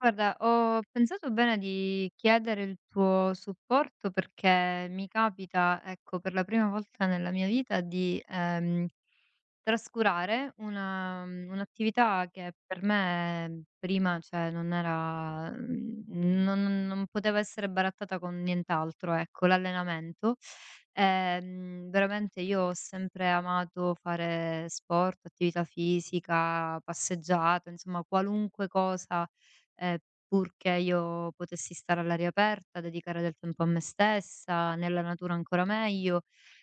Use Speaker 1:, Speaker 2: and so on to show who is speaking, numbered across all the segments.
Speaker 1: Guarda, ho pensato bene di chiedere il tuo supporto perché mi capita, ecco, per la prima volta nella mia vita di trascurare un'attività che per me prima, cioè, non era, non poteva essere barattata con nient'altro, ecco, l'allenamento. Veramente io ho sempre amato fare sport, attività fisica, passeggiate, insomma, qualunque cosa ehm, purché io potessi stare all'aria aperta, dedicare del tempo a me stessa, nella natura ancora meglio.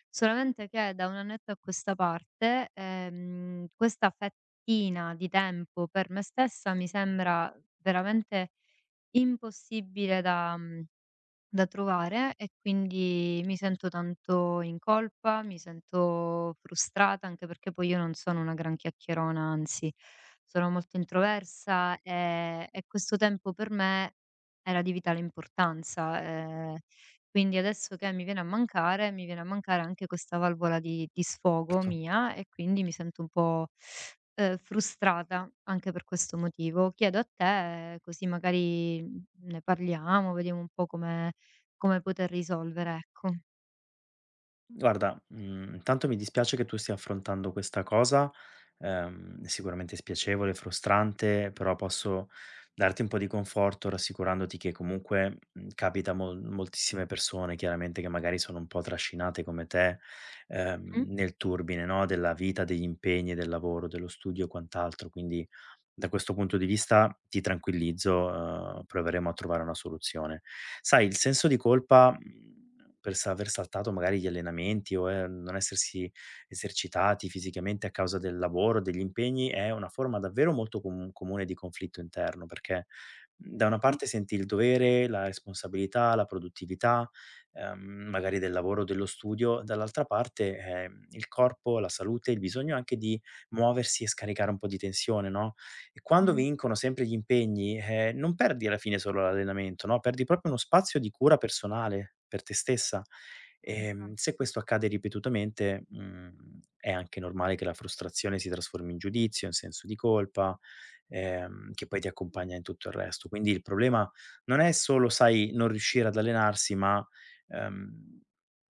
Speaker 1: Solamente che da un annetto a questa parte, questa fettina di tempo per me stessa mi sembra veramente impossibile da trovare, e quindi mi sento tanto in colpa, mi sento frustrata, anche perché poi io non sono una gran chiacchierona, anzi sono molto introversa, e questo tempo per me era di vitale importanza, quindi adesso che mi viene a mancare, mi viene a mancare anche questa valvola di sfogo
Speaker 2: Certo.
Speaker 1: mia e quindi mi sento un po', frustrata anche per questo motivo. Chiedo a te, così magari ne parliamo, vediamo un po' come come poter risolvere, ecco.
Speaker 2: Guarda, mhmm, intanto mi dispiace che tu stia affrontando questa cosa, è sicuramente spiacevole, frustrante, però posso darti un po' di conforto rassicurandoti che comunque, mhmm, capita a moltissime persone chiaramente che magari sono un po' trascinate come te,
Speaker 1: Mh?
Speaker 2: nel turbine, no, della vita, degli impegni, del lavoro, dello studio e quant'altro, quindi da questo punto di vista ti tranquillizzo, proveremo a trovare una soluzione. Sai, il senso di colpa, mhmm, per s aver saltato magari gli allenamenti o, non essersi esercitati fisicamente a causa del lavoro, degli impegni, è una forma davvero molto comune di conflitto interno, perché, mhmm, da una parte senti il dovere, la responsabilità, la produttività, magari del lavoro o dello studio, dall'altra parte, il corpo, la salute, il bisogno anche di muoversi e scaricare un po' di tensione, no? E quando
Speaker 1: Mh.
Speaker 2: vincono sempre gli impegni, non perdi alla fine solo l'allenamento, no, perdi proprio uno spazio di cura personale per te stessa. Se
Speaker 1: Infatti.
Speaker 2: questo accade ripetutamente, mhmm, è anche normale che la frustrazione si trasformi in giudizio, in senso di colpa, che poi ti accompagna in tutto il resto. Quindi il problema non è solo, sai, non riuscire ad allenarsi, ma, ehm,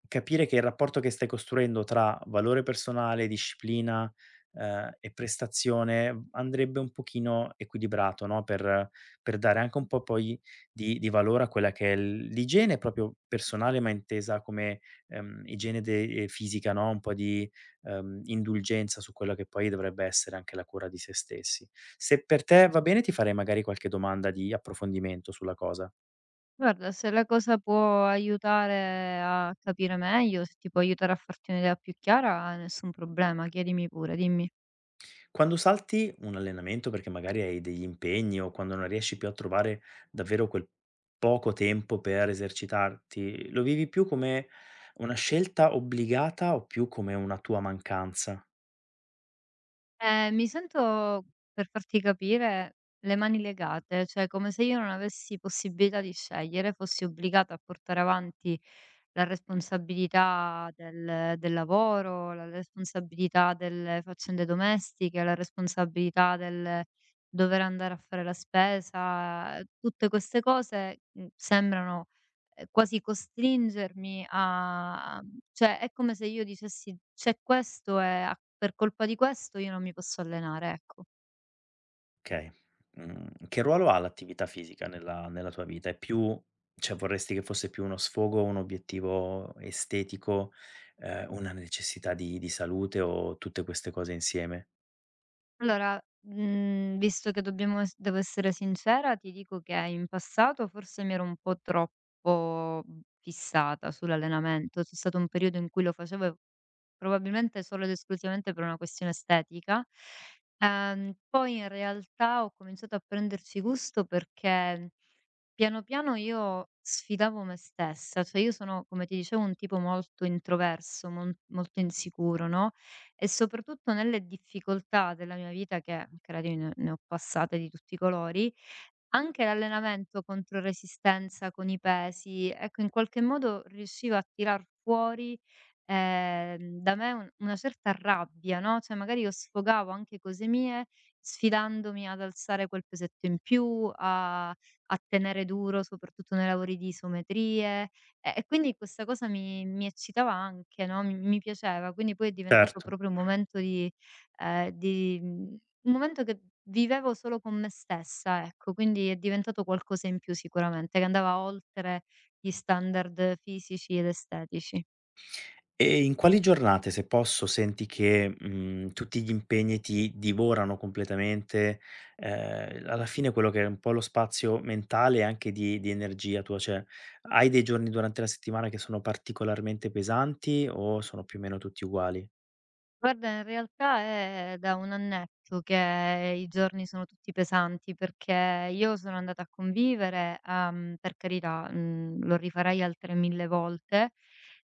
Speaker 2: capire che il rapporto che stai costruendo tra valore personale, disciplina e prestazione andrebbe un pochino equilibrato, no, per dare anche un po' poi di valore a quella che è l'igiene proprio personale, ma intesa come, igiene de fisica, no, un po' di, indulgenza su quella che poi dovrebbe essere anche la cura di se stessi. Se per te va bene, ti farei magari qualche domanda di approfondimento sulla cosa.
Speaker 1: Guarda, se la cosa può aiutare a capire meglio, se ti può aiutare a farti un'idea più chiara, nessun problema, chiedimi pure, dimmi.
Speaker 2: Quando salti un allenamento perché magari hai degli impegni o quando non riesci più a trovare davvero quel poco tempo per esercitarti, lo vivi più come una scelta obbligata o più come una tua mancanza?
Speaker 1: Mi sento, per farti capire, le mani legate, cioè come se io non avessi possibilità di scegliere, fossi obbligata a portare avanti la responsabilità del lavoro, la responsabilità delle faccende domestiche, la responsabilità del dover andare a fare la spesa, tutte queste cose, sembrano quasi costringermi a cioè è come se io dicessi: "C'è questo e a per colpa di questo io non mi posso allenare", ecco.
Speaker 2: Okay. Mhmm, che ruolo ha l'attività fisica nella tua vita? È più, cioè vorresti che fosse più uno sfogo, un obiettivo estetico, una necessità di salute o tutte queste cose insieme?
Speaker 1: Allora, visto che dobbiamo es devo essere sincera, ti dico che in passato forse mi ero un po' troppo, fissata sull'allenamento. C'è stato un periodo in cui lo facevo e probabilmente solo ed esclusivamente per una questione estetica. Poi in realtà ho cominciato a prenderci gusto perché piano piano io sfidavo me stessa, cioè io sono, come ti dicevo, un tipo molto introverso, mon molto insicuro, no, e soprattutto nelle difficoltà della mia vita che, credimi, ne ho passate di tutti i colori, anche l'allenamento contro resistenza con i pesi, ecco, in qualche modo riusciva a tirar fuori, da me un una certa rabbia, no, cioè magari io sfogavo anche cose mie, sfidandomi ad alzare quel pesetto in più, a tenere duro soprattutto nei lavori di isometrie, e quindi questa cosa mi eccitava anche, no, mi piaceva, quindi poi è diventato
Speaker 2: Certo.
Speaker 1: proprio un momento di ehm, di mhmm, un momento che vivevo solo con me stessa, ecco, quindi è diventato qualcosa in più sicuramente, che andava oltre gli standard fisici ed estetici.
Speaker 2: E in quali giornate, se posso, senti che, mhmm, tutti gli impegni ti divorano completamente? Alla fine quello che è un po' lo spazio mentale e anche di energia tua, cioè hai dei giorni durante la settimana che sono particolarmente pesanti o sono più o meno tutti uguali?
Speaker 1: Guarda, in realtà è da un annetto che i giorni sono tutti pesanti perché io sono andata a convivere, per carità, lo rifarei altre 1000 volte,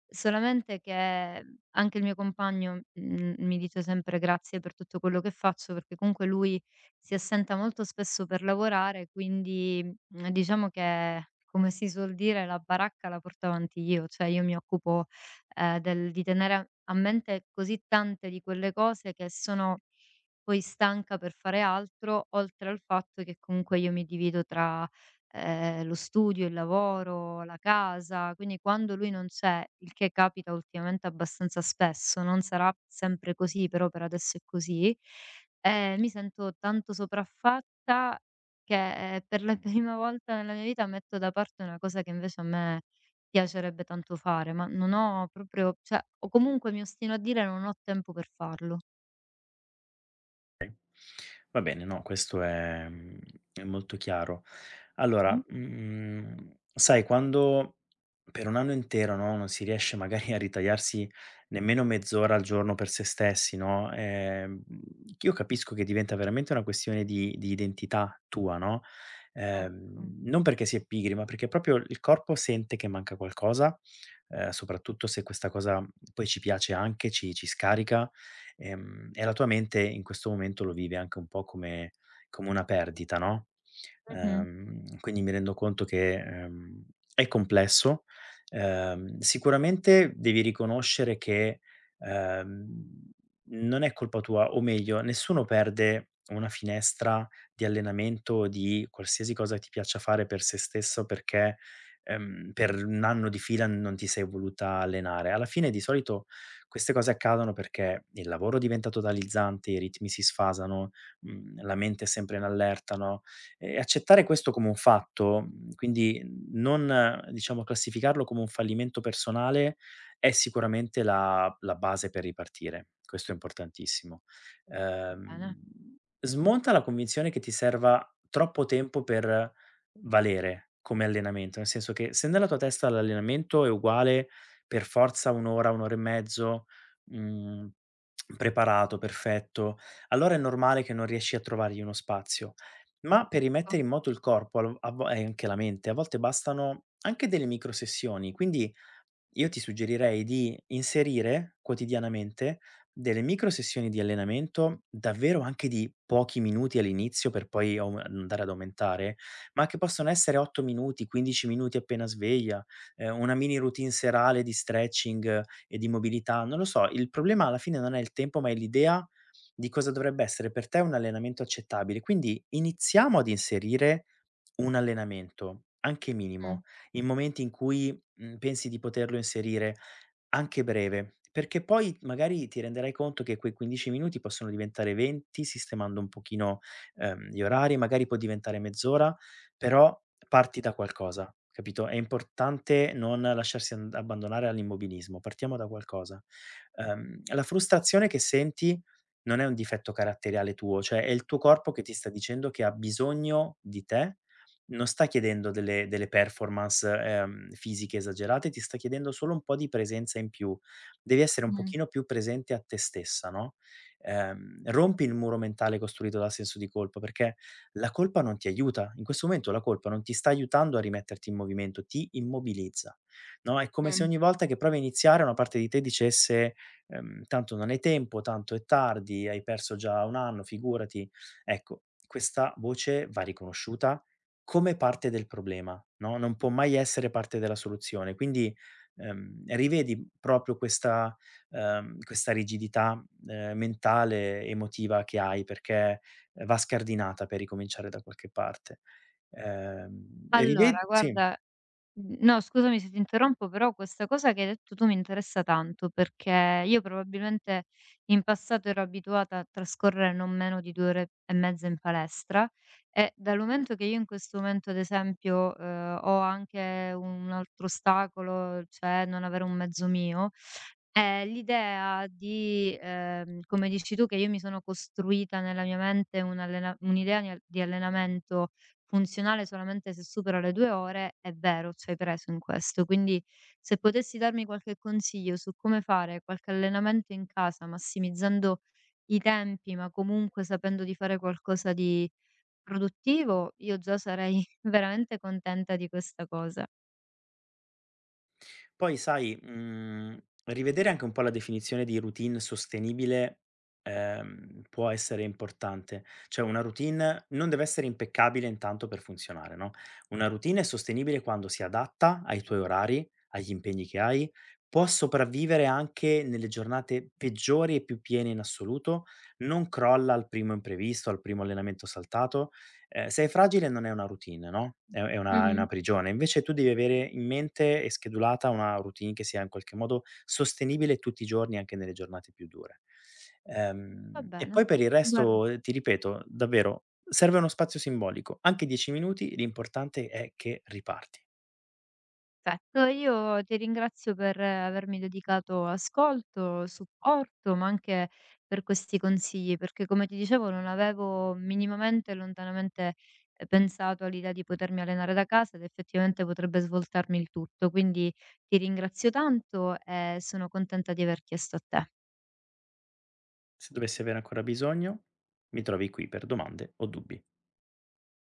Speaker 1: solamente che anche il mio compagno, mi dice sempre grazie per tutto quello che faccio, perché comunque lui si assenta molto spesso per lavorare, quindi, diciamo che, come si suol dire, la baracca la porto avanti io, cioè io mi occupo del di tenere a mente così tante di quelle cose che sono poi stanca per fare altro, oltre al fatto che comunque io mi divido tra, lo studio, il lavoro, la casa, quindi quando lui non c'è, il che capita ultimamente abbastanza spesso, non sarà sempre così, però per adesso è così, mi sento tanto sopraffatta che, per la prima volta nella mia vita metto da parte una cosa che invece a me piacerebbe tanto fare, ma non ho proprio, cioè, o comunque mi ostino a dire: "Non ho tempo per farlo".
Speaker 2: Va bene, no, questo è, mhmm, è molto chiaro. Allora,
Speaker 1: Mh-mh.
Speaker 2: mhmm, sai quando per 1 anno intero, no, non si riesce magari a ritagliarsi nemmeno mezz'ora al giorno per se stessi, no, io capisco che diventa veramente una questione di identità tua, no,
Speaker 1: Ecco.
Speaker 2: non perché si è pigri, ma perché proprio il corpo sente che manca qualcosa, soprattutto se questa cosa poi ci piace anche, ci scarica. E la tua mente in questo momento lo vive anche un po' come come una perdita, no,
Speaker 1: Mh-mh.
Speaker 2: quindi mi rendo conto che, è complesso. Sicuramente devi riconoscere che, ehm, non è colpa tua, o meglio, nessuno perde una finestra di allenamento, o di qualsiasi cosa ti piaccia fare per se stesso perché, per 1 anno di fila non ti sei voluta allenare. Alla fine di solito queste cose accadono perché il lavoro diventa totalizzante, i ritmi si sfasano, mhmm, la mente è sempre in allerta, no, e accettare questo come un fatto, mhmm, quindi non, diciamo classificarlo come un fallimento personale, è sicuramente la base per ripartire. Questo è importantissimo.
Speaker 1: Va bene.
Speaker 2: Ehm, Smonta la convinzione che ti serva troppo tempo per valere come allenamento, nel senso che se nella tua testa l'allenamento è uguale per forza 1 ora, 1 ora e mezzo, mhmm, preparato, perfetto, allora è normale che non riesci a trovargli uno spazio. Ma per
Speaker 1: Ecco.
Speaker 2: rimettere in moto il corpo al a vo e anche la mente, a volte bastano anche delle micro sessioni, quindi io ti suggerirei di inserire quotidianamente delle micro sessioni di allenamento, davvero anche di pochi minuti all'inizio per poi au andare ad aumentare, ma che possono essere 8 minuti, 15 minuti appena sveglia, una mini routine serale di stretching, e di mobilità, non lo so. Il problema alla fine non è il tempo, ma è l'idea di cosa dovrebbe essere per te un allenamento accettabile. Quindi iniziamo ad inserire un allenamento, anche
Speaker 1: Mh.
Speaker 2: minimo, in momenti in cui, mhmm, pensi di poterlo inserire. Anche breve, perché poi magari ti renderai conto che quei 15 minuti possono diventare 20 sistemando un pochino, gli orari, magari può diventare mezz'ora, però parti da qualcosa, capito? È importante non lasciarsi and abbandonare all'immobilismo, partiamo da qualcosa. La frustrazione che senti non è un difetto caratteriale tuo, cioè è il tuo corpo che ti sta dicendo che ha bisogno di te, non sta chiedendo delle performance, fisiche esagerate, ti sta chiedendo solo un po' di presenza in più. Devi essere un
Speaker 1: Mh.
Speaker 2: pochino più presente a te stessa, no, rompi il muro mentale costruito dal senso di colpa, perché la colpa non ti aiuta. In questo momento la colpa non ti sta aiutando a rimetterti in movimento, ti immobilizza, no, è come se
Speaker 1: Mh.
Speaker 2: ogni volta che provi a iniziare una parte di te dicesse, "Tanto non hai tempo, tanto è tardi, hai perso già 1 anno, figurati". Ecco, questa voce va riconosciuta come parte del problema, no, non può mai essere parte della soluzione. Quindi, rivedi proprio questa, questa rigidità, mentale, emotiva che hai perché, va scardinata per ricominciare da qualche parte. E
Speaker 1: Allora
Speaker 2: rive Sì.
Speaker 1: guarda, no, scusami se ti interrompo, però questa cosa che hai detto tu mi interessa tanto, perché io probabilmente in passato ero abituata a trascorrere non meno di 2 ore e mezza in palestra, e dal momento che io in questo momento, ad esempio, ho anche un altro ostacolo, cioè non avere un mezzo mio, l'idea di come dici tu, che io mi sono costruita nella mia mente un'idea di allenamento funzionale solamente se supera le 2 ore, è vero, ci hai preso in questo. Quindi se potessi darmi qualche consiglio su come fare qualche allenamento in casa, massimizzando i tempi, ma comunque sapendo di fare qualcosa di produttivo, io già sarei veramente contenta di questa cosa.
Speaker 2: Poi sai, mhmm, rivedere anche un po' la definizione di routine sostenibile, può essere importante. Cioè una routine non deve essere impeccabile intanto per funzionare, no, una routine è sostenibile quando si adatta ai tuoi orari, agli impegni che hai, può sopravvivere anche nelle giornate peggiori e più piene in assoluto, non crolla al primo imprevisto, al primo allenamento saltato. Se è fragile non è una routine, no, è una, è
Speaker 1: Mh-mh.
Speaker 2: una prigione. Invece tu devi avere in mente e schedulata una routine che sia in qualche modo sostenibile tutti i giorni, anche nelle giornate più dure.
Speaker 1: Va
Speaker 2: E
Speaker 1: bene,
Speaker 2: poi per il
Speaker 1: guarda,
Speaker 2: resto, ti ripeto, davvero, serve uno spazio simbolico, anche 10 minuti, l'importante è che riparti.
Speaker 1: perfetto, io ti ringrazio per avermi dedicato ascolto, supporto, ma anche per questi consigli, perché come ti dicevo non avevo minimamente, lontanamente, pensato all'idea di potermi allenare da casa ed effettivamente potrebbe svoltarmi il tutto. Quindi ti ringrazio tanto e sono contenta di aver chiesto a te.
Speaker 2: Se dovessi avere ancora bisogno, mi trovi qui per domande o dubbi.